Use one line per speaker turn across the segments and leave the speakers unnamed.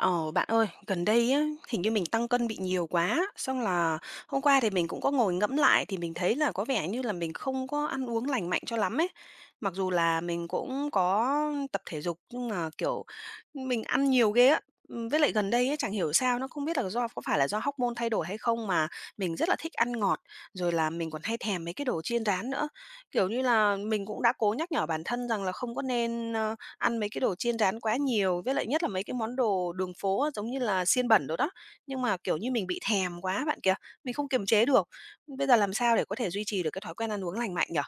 Ờ, Bạn ơi, gần đây á, hình như mình tăng cân bị nhiều quá, xong là hôm qua thì mình cũng có ngồi ngẫm lại thì mình thấy là có vẻ như là mình không có ăn uống lành mạnh cho lắm ấy. Mặc dù là mình cũng có tập thể dục nhưng mà, kiểu, mình ăn nhiều ghê á. Với lại gần đây ấy, chẳng hiểu sao, nó không biết là do có phải là do hormone thay đổi hay không mà mình rất là thích ăn ngọt, rồi là mình còn hay thèm mấy cái đồ chiên rán nữa. Kiểu như là, mình cũng đã cố nhắc nhở bản thân rằng là không có nên, ăn mấy cái đồ chiên rán quá nhiều, với lại nhất là mấy cái món đồ đường phố á, giống như là xiên bẩn đồ đó. Nhưng mà, kiểu như, mình bị thèm quá bạn kìa, mình không kiềm chế được. Bây giờ làm sao để có thể duy trì được cái thói quen ăn uống lành mạnh nhỉ?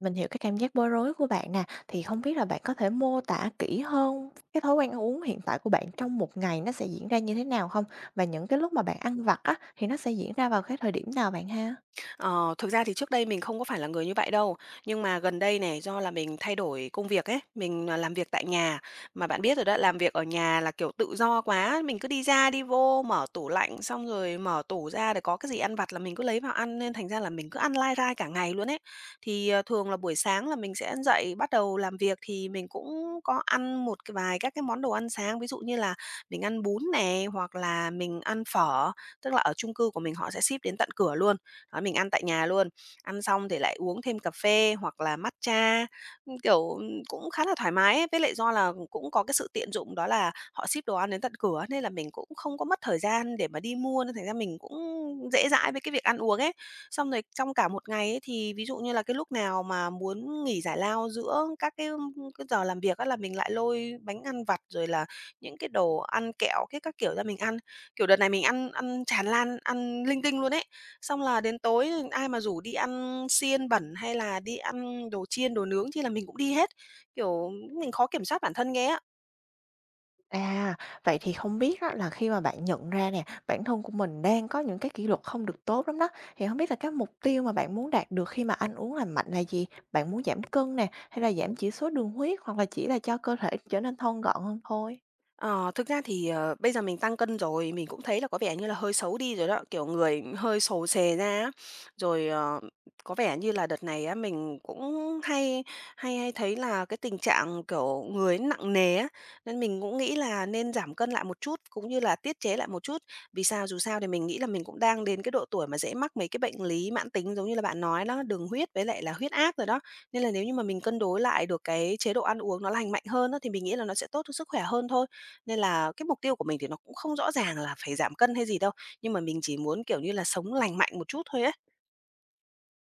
Mình hiểu cái cảm giác bối rối của bạn nè, thì không biết là bạn có thể mô tả kỹ hơn cái thói quen ăn uống hiện tại của bạn trong một ngày nó sẽ diễn ra như thế nào không? Và những cái lúc mà bạn ăn vặt á, thì nó sẽ diễn ra vào cái thời điểm nào bạn ha?
Ờ, Thực ra thì trước đây mình không có phải là người như vậy đâu, nhưng mà gần đây này do là mình thay đổi công việc ấy, mình, làm việc tại nhà, mà bạn biết rồi đó, làm việc ở nhà là, kiểu, tự do quá, mình cứ đi ra đi vô, mở tủ lạnh xong rồi mở tủ ra để có cái gì ăn vặt là mình cứ lấy vào ăn, nên thành ra là mình cứ ăn lai rai cả ngày luôn ấy. Thì, thường là buổi sáng là mình sẽ dậy bắt đầu làm việc thì mình cũng có ăn một cái vài các cái món đồ ăn sáng, ví dụ như là mình ăn bún nè, hoặc là mình ăn phở, tức là ở chung cư của mình họ sẽ ship đến tận cửa luôn. Đó, mình ăn tại nhà luôn, ăn xong thì lại uống thêm cà phê hoặc là matcha, kiểu, cũng khá là thoải mái ấy. Với lại do là cũng có cái sự tiện dụng đó là họ ship đồ ăn đến tận cửa, nên là mình cũng không có mất thời gian để mà đi mua, nên thành ra mình cũng dễ dãi với cái việc ăn uống ấy. Xong rồi trong cả một ngày ấy thì ví dụ như là cái lúc nào mà muốn nghỉ giải lao giữa cái giờ làm việc á là mình lại lôi bánh ăn vặt, rồi là những cái đồ ăn kẹo, cái các kiểu ra mình ăn. Kiểu, đợt này mình ăn ăn tràn lan, ăn linh tinh luôn ấy. Xong là đến tối ai mà rủ đi ăn xiên bẩn hay là đi ăn đồ chiên, đồ nướng thì là mình cũng đi hết, kiểu, mình khó kiểm soát bản thân ghê á.
À, vậy thì không biết á, là khi mà bạn nhận ra nè, bản thân của mình đang có những cái kỷ luật không được tốt lắm đó, thì không biết là cái mục tiêu mà bạn muốn đạt được khi mà ăn uống lành mạnh là gì? Bạn muốn giảm cân nè, hay là giảm chỉ số đường huyết, hoặc là chỉ là cho cơ thể trở nên thon gọn hơn thôi?
Ờ, Thực ra thì, bây giờ mình tăng cân rồi, mình cũng thấy là có vẻ như là hơi xấu đi rồi đó, kiểu, người hơi xồ xề ra á. Rồi, có vẻ như là đợt này á, mình cũng hay hay hay thấy là cái tình trạng, kiểu, người nặng nề á, nên mình cũng nghĩ là nên giảm cân lại một chút, cũng như là tiết chế lại một chút. Vì sao? Dù sao thì mình nghĩ là mình cũng đang đến cái độ tuổi mà dễ mắc mấy cái bệnh lý mãn tính giống như là bạn nói đó, đường huyết với lại là huyết áp rồi đó. Nên là nếu như mà mình cân đối lại được cái chế độ ăn uống nó lành mạnh hơn á, thì mình nghĩ là nó sẽ tốt cho sức khỏe hơn thôi. Nên là cái mục tiêu của mình thì nó cũng không rõ ràng là phải giảm cân hay gì đâu, nhưng mà mình chỉ muốn, kiểu như là, sống lành mạnh một chút thôi á.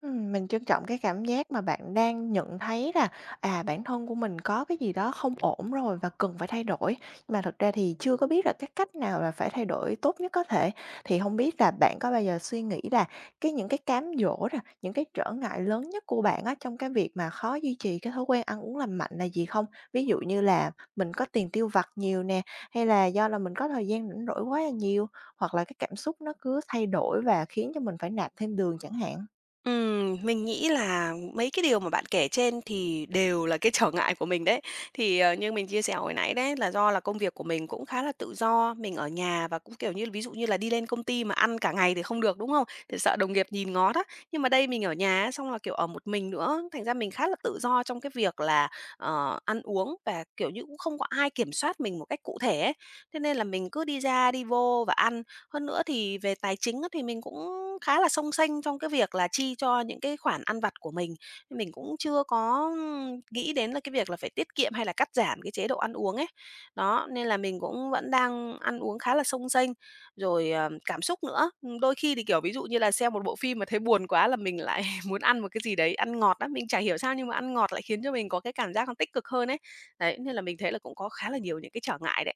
Mình trân trọng cái cảm giác mà bạn đang nhận thấy là, à, bản thân của mình có cái gì đó không ổn rồi và cần phải thay đổi, nhưng mà thực ra thì chưa có biết là cái cách nào là phải thay đổi tốt nhất có thể. Thì không biết là bạn có bao giờ suy nghĩ là những cái cám dỗ nè, những cái trở ngại lớn nhất của bạn á, trong cái việc mà khó duy trì cái thói quen ăn uống lành mạnh là gì không? Ví dụ như là mình có tiền tiêu vặt nhiều nè, hay là do là mình có thời gian rảnh rỗi quá là nhiều, hoặc là cái cảm xúc nó cứ thay đổi và khiến cho mình phải nạp thêm đường chẳng hạn?
Mình nghĩ là mấy cái điều mà bạn kể trên thì đều là cái trở ngại của mình đấy. Thì, như mình chia sẻ hồi nãy đấy, là do là công việc của mình cũng khá là tự do, mình ở nhà và cũng, kiểu như, ví dụ như là đi lên công ty mà ăn cả ngày thì không được, đúng không? Thì sợ đồng nghiệp nhìn ngó đó. Nhưng mà đây mình ở nhà á, xong là, kiểu, ở một mình nữa, thành ra mình khá là tự do trong cái việc là, ăn uống và, kiểu như, cũng không có ai kiểm soát mình một cách cụ thể ấy. Thế nên là mình cứ đi ra đi vô và ăn. Hơn nữa thì về tài chính á, thì mình cũng khá là xông xênh trong cái việc là chi cho những cái khoản ăn vặt của mình. Mình cũng chưa có, nghĩ đến là cái việc là phải tiết kiệm hay là cắt giảm cái chế độ ăn uống ấy. Đó, nên là mình cũng vẫn đang ăn uống khá là xông xênh, rồi, cảm xúc nữa. Đôi khi thì, kiểu, ví dụ như là xem một bộ phim mà thấy buồn quá là mình lại muốn ăn một cái gì đấy, ăn ngọt lắm, mình chả hiểu sao nhưng mà ăn ngọt lại khiến cho mình có cái cảm giác nó tích cực hơn ấy. Đấy, nên là mình thấy là cũng có khá là nhiều những cái trở ngại đấy.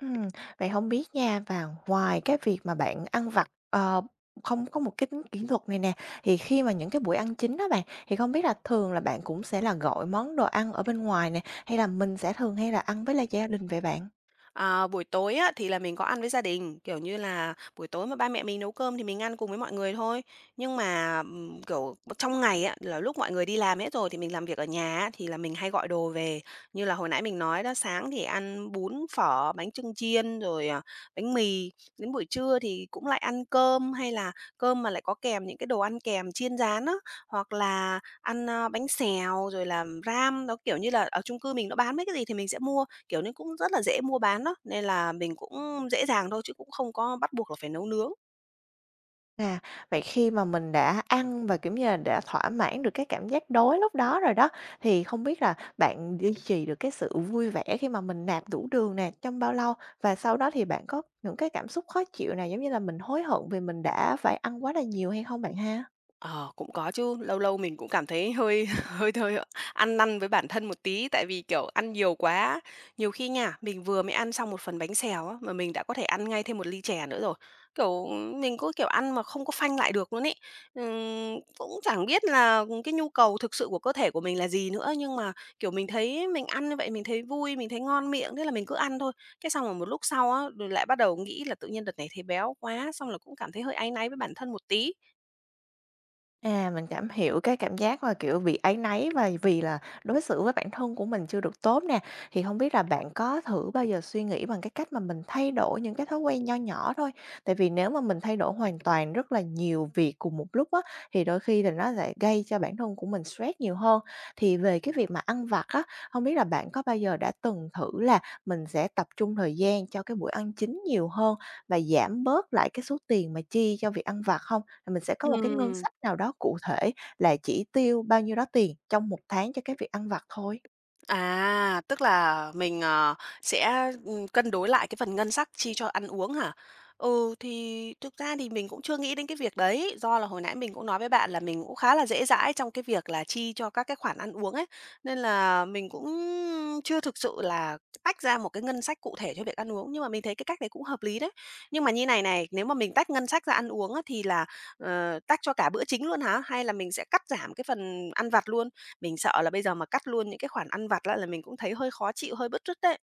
Ừm, vậy không biết nha, và ngoài cái việc mà bạn ăn vặt, không có một cái tính kỷ luật này nè, thì khi mà những cái buổi ăn chính đó bạn, thì không biết là thường là bạn cũng sẽ là gọi món đồ ăn ở bên ngoài nè, hay là mình sẽ thường hay là ăn với lại gia đình vậy bạn?
À, buổi tối á, thì là mình có ăn với gia đình, kiểu như là, buổi tối mà ba mẹ mình nấu cơm thì mình ăn cùng với mọi người thôi. Nhưng mà, kiểu, trong ngày á, là lúc mọi người đi làm hết rồi thì mình làm việc ở nhà á, thì là mình hay gọi đồ về. Như là hồi nãy mình nói đó, sáng thì ăn bún, phở, bánh chưng chiên, rồi, bánh mì, đến buổi trưa thì cũng lại ăn cơm, hay là cơm mà lại có kèm những cái đồ ăn kèm chiên rán á, hoặc là ăn, bánh xèo, rồi là ram. Đó, kiểu như là, ở chung cư mình nó bán mấy cái gì thì mình sẽ mua kiểu, nó cũng rất là dễ mua bán đó, nên là mình cũng dễ dàng thôi chứ cũng không có bắt buộc là phải nấu nướng.
À, vậy khi mà mình đã ăn và, kiểu như là, đã thỏa mãn được cái cảm giác đói lúc đó rồi đó, thì không biết là bạn duy trì được cái sự vui vẻ khi mà mình nạp đủ đường nè, trong bao lâu? Và sau đó thì bạn có những cái cảm xúc khó chịu nào, giống như là mình hối hận vì mình đã phải ăn quá là nhiều hay không bạn ha?
Ờ, cũng có chứ, lâu lâu mình cũng cảm thấy hơi hơi hơi ăn năn với bản thân một tí, tại vì, kiểu, ăn nhiều quá. Nhiều khi nha, mình vừa mới ăn xong một phần bánh xèo á, mà mình đã có thể ăn ngay thêm một ly chè nữa rồi. Kiểu, mình cứ, kiểu, ăn mà không có phanh lại được luôn ấy. Cũng chẳng biết là cái nhu cầu thực sự của cơ thể của mình là gì nữa, nhưng mà, kiểu, mình thấy mình ăn như vậy mình thấy vui, mình thấy ngon miệng, thế là mình cứ ăn thôi. Cái xong rồi một lúc sau á, rồi lại bắt đầu nghĩ là tự nhiên đợt này thấy béo quá, xong là cũng cảm thấy hơi áy náy với bản thân một tí.
À, mình cảm hiểu cái cảm giác mà, kiểu, bị áy náy và vì là đối xử với bản thân của mình chưa được tốt nè. Thì không biết là bạn có thử bao giờ suy nghĩ bằng cái cách mà mình thay đổi những cái thói quen nho nhỏ thôi? Tại vì nếu mà mình thay đổi hoàn toàn rất là nhiều việc cùng một lúc á, thì đôi khi là nó lại gây cho bản thân của mình stress nhiều hơn. Thì về cái việc mà ăn vặt á, không biết là bạn có bao giờ đã từng thử là mình sẽ tập trung thời gian cho cái buổi ăn chính nhiều hơn và giảm bớt lại cái số tiền mà chi cho việc ăn vặt không? Là mình sẽ có một cái ngân
Ừm.
sách nào đó cụ thể là chỉ tiêu bao nhiêu đó tiền trong một tháng cho cái việc ăn vặt thôi.
À, tức là mình, sẽ, cân đối lại cái phần ngân sách chi cho ăn uống hả? Ừ, thì thực ra thì mình cũng chưa nghĩ đến cái việc đấy, do là hồi nãy mình cũng nói với bạn là mình cũng khá là dễ dãi trong cái việc là chi cho các cái khoản ăn uống ấy, nên là mình cũng chưa thực sự là tách ra một cái ngân sách cụ thể cho việc ăn uống, nhưng mà mình thấy cái cách đấy cũng hợp lý đấy. Nhưng mà như này này, nếu mà mình tách ngân sách ra ăn uống á thì là, tách cho cả bữa chính luôn hả? Hay là mình sẽ cắt giảm cái phần ăn vặt luôn? Mình sợ là bây giờ mà cắt luôn những cái khoản ăn vặt lại là mình cũng thấy hơi khó chịu, hơi bứt rứt đấy.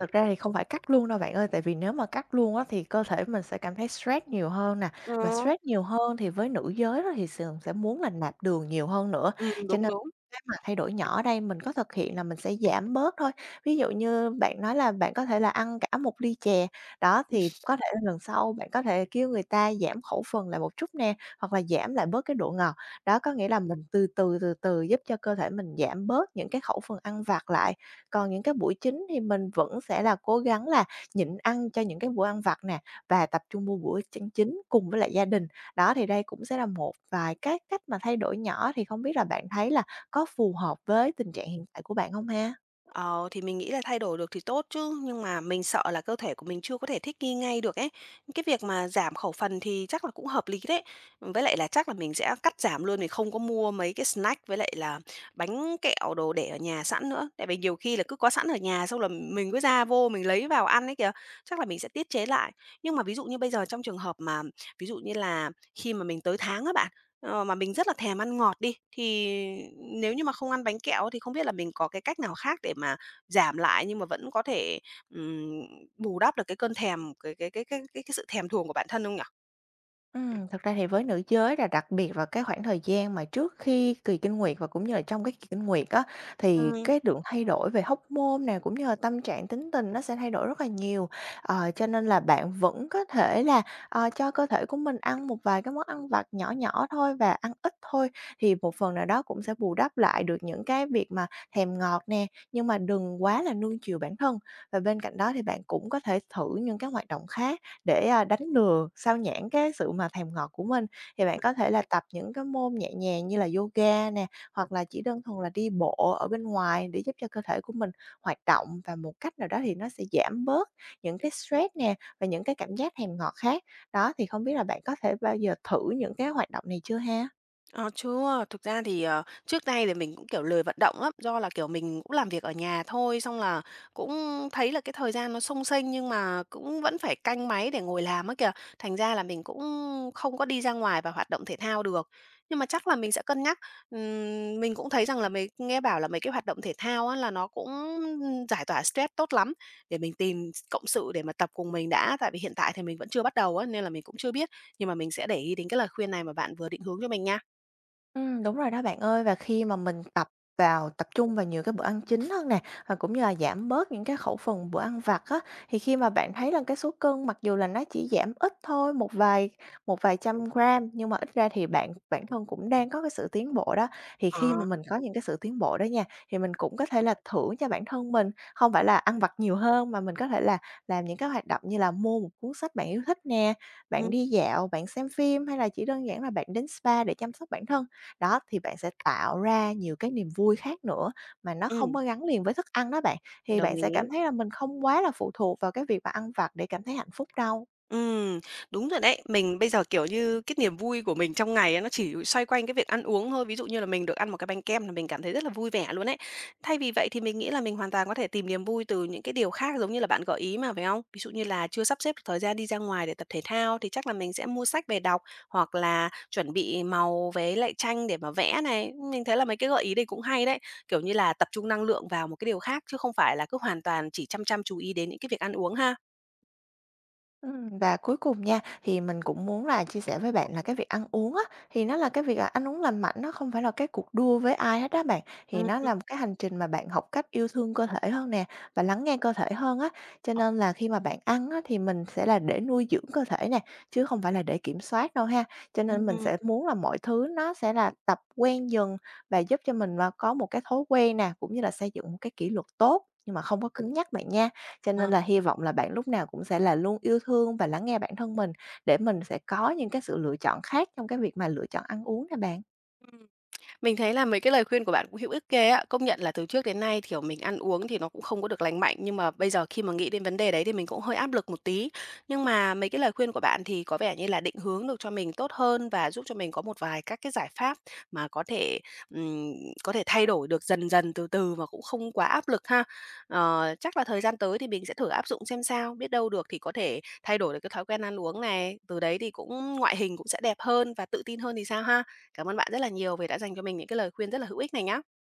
Thật ra thì không phải cắt luôn đâu bạn ơi, tại vì nếu mà cắt luôn á thì cơ thể mình sẽ cảm thấy stress nhiều hơn nè,
Ờ,
mà stress nhiều hơn thì với nữ giới á thì sườn sẽ muốn là nạp đường nhiều hơn nữa. Cho
đúng,
nên
đúng.
cái mà thay đổi nhỏ ở đây mình có thực hiện là mình sẽ giảm bớt thôi. Ví dụ như bạn nói là bạn có thể là ăn cả một ly chè, đó, thì có thể là lần sau bạn có thể kêu người ta giảm khẩu phần lại một chút nè, hoặc là giảm lại bớt cái độ ngọt. Đó, có nghĩa là mình từ từ, từ từ giúp cho cơ thể mình giảm bớt những cái khẩu phần ăn vặt lại. Còn những cái buổi chính thì mình vẫn sẽ là cố gắng là nhịn ăn cho những cái bữa ăn vặt nè, và tập trung vô bữa chân chính cùng với lại gia đình. Đó, thì đây cũng sẽ là một vài cái cách mà thay đổi nhỏ, thì không biết là bạn thấy là có phù hợp với tình trạng hiện tại của bạn không ha?
Ờ, thì mình nghĩ là thay đổi được thì tốt chứ, nhưng mà mình sợ là cơ thể của mình chưa có thể thích nghi ngay được ấy. Cái việc mà giảm khẩu phần thì chắc là cũng hợp lý đấy. Với lại là chắc là mình sẽ cắt giảm luôn, mình không có mua mấy cái snack với lại là bánh kẹo đồ để ở nhà sẵn nữa. Tại vì nhiều khi là cứ có sẵn ở nhà xong là mình cứ ra vô mình lấy vào ăn ấy kìa, chắc là mình sẽ tiết chế lại. Nhưng mà ví dụ như bây giờ trong trường hợp mà ví dụ như là khi mà mình tới tháng á bạn. Mà mình rất là thèm ăn ngọt đi, thì nếu như mà không ăn bánh kẹo thì không biết là mình có cái cách nào khác để mà giảm lại nhưng mà vẫn có thể, ừm, bù đắp được cái cơn thèm, cái sự thèm thuồng của bản thân không nhỉ?
Thật ra thì với nữ giới là đặc biệt vào cái khoảng thời gian mà trước khi kỳ kinh nguyệt và cũng như là trong cái kỳ kinh nguyệt á, thì
Ừm.
cái lượng thay đổi về hormone nè, cũng như là tâm trạng, tính tình nó sẽ thay đổi rất là nhiều. Cho nên là bạn vẫn có thể là, cho cơ thể của mình ăn một vài cái món ăn vặt nhỏ nhỏ thôi và ăn ít thôi, thì một phần nào đó cũng sẽ bù đắp lại được những cái việc mà thèm ngọt nè, nhưng mà đừng quá là nuông chiều bản thân. Và bên cạnh đó thì bạn cũng có thể thử những cái hoạt động khác để, đánh lừa, xao nhãng cái sự mà thèm ngọt của mình. Thì bạn có thể là tập những cái môn nhẹ nhàng như là yoga nè, hoặc là chỉ đơn thuần là đi bộ ở bên ngoài để giúp cho cơ thể của mình hoạt động và một cách nào đó thì nó sẽ giảm bớt những cái stress nè, và những cái cảm giác thèm ngọt khác. Đó, thì không biết là bạn có thể bao giờ thử những cái hoạt động này chưa ha?
Ờ, chưa, thực ra thì, trước đây thì mình cũng, kiểu, lười vận động lắm, do là, kiểu, mình cũng làm việc ở nhà thôi, xong là cũng thấy là cái thời gian nó xông xênh nhưng mà cũng vẫn phải canh máy để ngồi làm á kìa, thành ra là mình cũng không có đi ra ngoài và hoạt động thể thao được. Nhưng mà chắc là mình sẽ cân nhắc, mình cũng thấy rằng là mấy nghe bảo là mấy cái hoạt động thể thao á là nó cũng giải tỏa stress tốt lắm, để mình tìm cộng sự để mà tập cùng mình đã, tại vì hiện tại thì mình vẫn chưa bắt đầu á, nên là mình cũng chưa biết, nhưng mà mình sẽ để ý đến cái lời khuyên này mà bạn vừa định hướng cho mình nha.
Đúng rồi đó bạn ơi. Và khi mà mình tập trung vào nhiều cái bữa ăn chính hơn nè, và cũng như là giảm bớt những cái khẩu phần bữa ăn vặt á, thì khi mà bạn thấy là cái số cân mặc dù là nó chỉ giảm ít thôi, một vài trăm gram, nhưng mà ít ra thì bạn bản thân cũng đang có cái sự tiến bộ đó. Thì khi mà
Ờ,
mình có những cái sự tiến bộ đó nha, thì mình cũng có thể là thưởng cho bản thân mình, không phải là ăn vặt nhiều hơn mà mình có thể là làm những cái hoạt động như là mua một cuốn sách bạn yêu thích nè, bạn
ừm,
đi dạo, bạn xem phim hay là chỉ đơn giản là bạn đến spa để chăm sóc bản thân. Đó, thì bạn sẽ tạo ra nhiều cái niềm vui khác nữa mà nó không
ừm,
có gắn liền với thức ăn đó bạn, thì
đồng
bạn sẽ
ý.
cảm thấy là mình không quá là phụ thuộc vào cái việc mà ăn vặt để cảm thấy hạnh phúc đâu.
Ừm, đúng rồi đấy. Mình bây giờ, kiểu như, cái niềm vui của mình trong ngày á, nó chỉ xoay quanh cái việc ăn uống thôi. Ví dụ như là mình được ăn một cái bánh kem là mình cảm thấy rất là vui vẻ luôn ấy. Thay vì vậy thì mình nghĩ là mình hoàn toàn có thể tìm niềm vui từ những cái điều khác giống như là bạn gợi ý mà, phải không? Ví dụ như là chưa sắp xếp được thời gian đi ra ngoài để tập thể thao thì chắc là mình sẽ mua sách về đọc, hoặc là chuẩn bị màu với lại tranh để mà vẽ này. Mình thấy là mấy cái gợi ý đây cũng hay đấy, kiểu như là tập trung năng lượng vào một cái điều khác chứ không phải là cứ hoàn toàn chỉ chăm chăm chú ý đến những cái việc ăn uống ha.
Và cuối cùng nha, thì mình cũng muốn là chia sẻ với bạn là cái việc ăn uống á, thì nó là cái việc là ăn uống lành mạnh, nó không phải là cái cuộc đua với ai hết á bạn. Thì
Ừm,
nó là một cái hành trình mà bạn học cách yêu thương cơ thể hơn nè, và lắng nghe cơ thể hơn á. Cho nên là khi mà bạn ăn á, thì mình sẽ là để nuôi dưỡng cơ thể nè, chứ không phải là để kiểm soát đâu ha. Cho nên mình
ừm,
sẽ muốn là mọi thứ nó sẽ là tập quen dần và giúp cho mình là có một cái thói quen nè, cũng như là xây dựng một cái kỷ luật tốt, nhưng mà không có cứng nhắc bạn nha. Cho nên
ờ.
là hy vọng là bạn lúc nào cũng sẽ là luôn yêu thương và lắng nghe bản thân mình để mình sẽ có những cái sự lựa chọn khác trong cái việc mà lựa chọn ăn uống nè bạn.
Ừm, mình thấy là mấy cái lời khuyên của bạn cũng hữu ích ghê á. Công nhận là từ trước đến nay, kiểu, mình ăn uống thì nó cũng không có được lành mạnh, nhưng mà bây giờ khi mà nghĩ đến vấn đề đấy thì mình cũng hơi áp lực một tí. Nhưng mà mấy cái lời khuyên của bạn thì có vẻ như là định hướng được cho mình tốt hơn và giúp cho mình có một vài các cái giải pháp mà ừm, có thể thay đổi được dần dần, từ từ và cũng không quá áp lực ha. Ờ, chắc là thời gian tới thì mình sẽ thử áp dụng xem sao, biết đâu được thì có thể thay đổi được cái thói quen ăn uống này, từ đấy thì cũng ngoại hình cũng sẽ đẹp hơn và tự tin hơn thì sao ha? Cảm ơn bạn rất là nhiều vì đã dành cho mình những cái lời khuyên rất là hữu ích này nhá.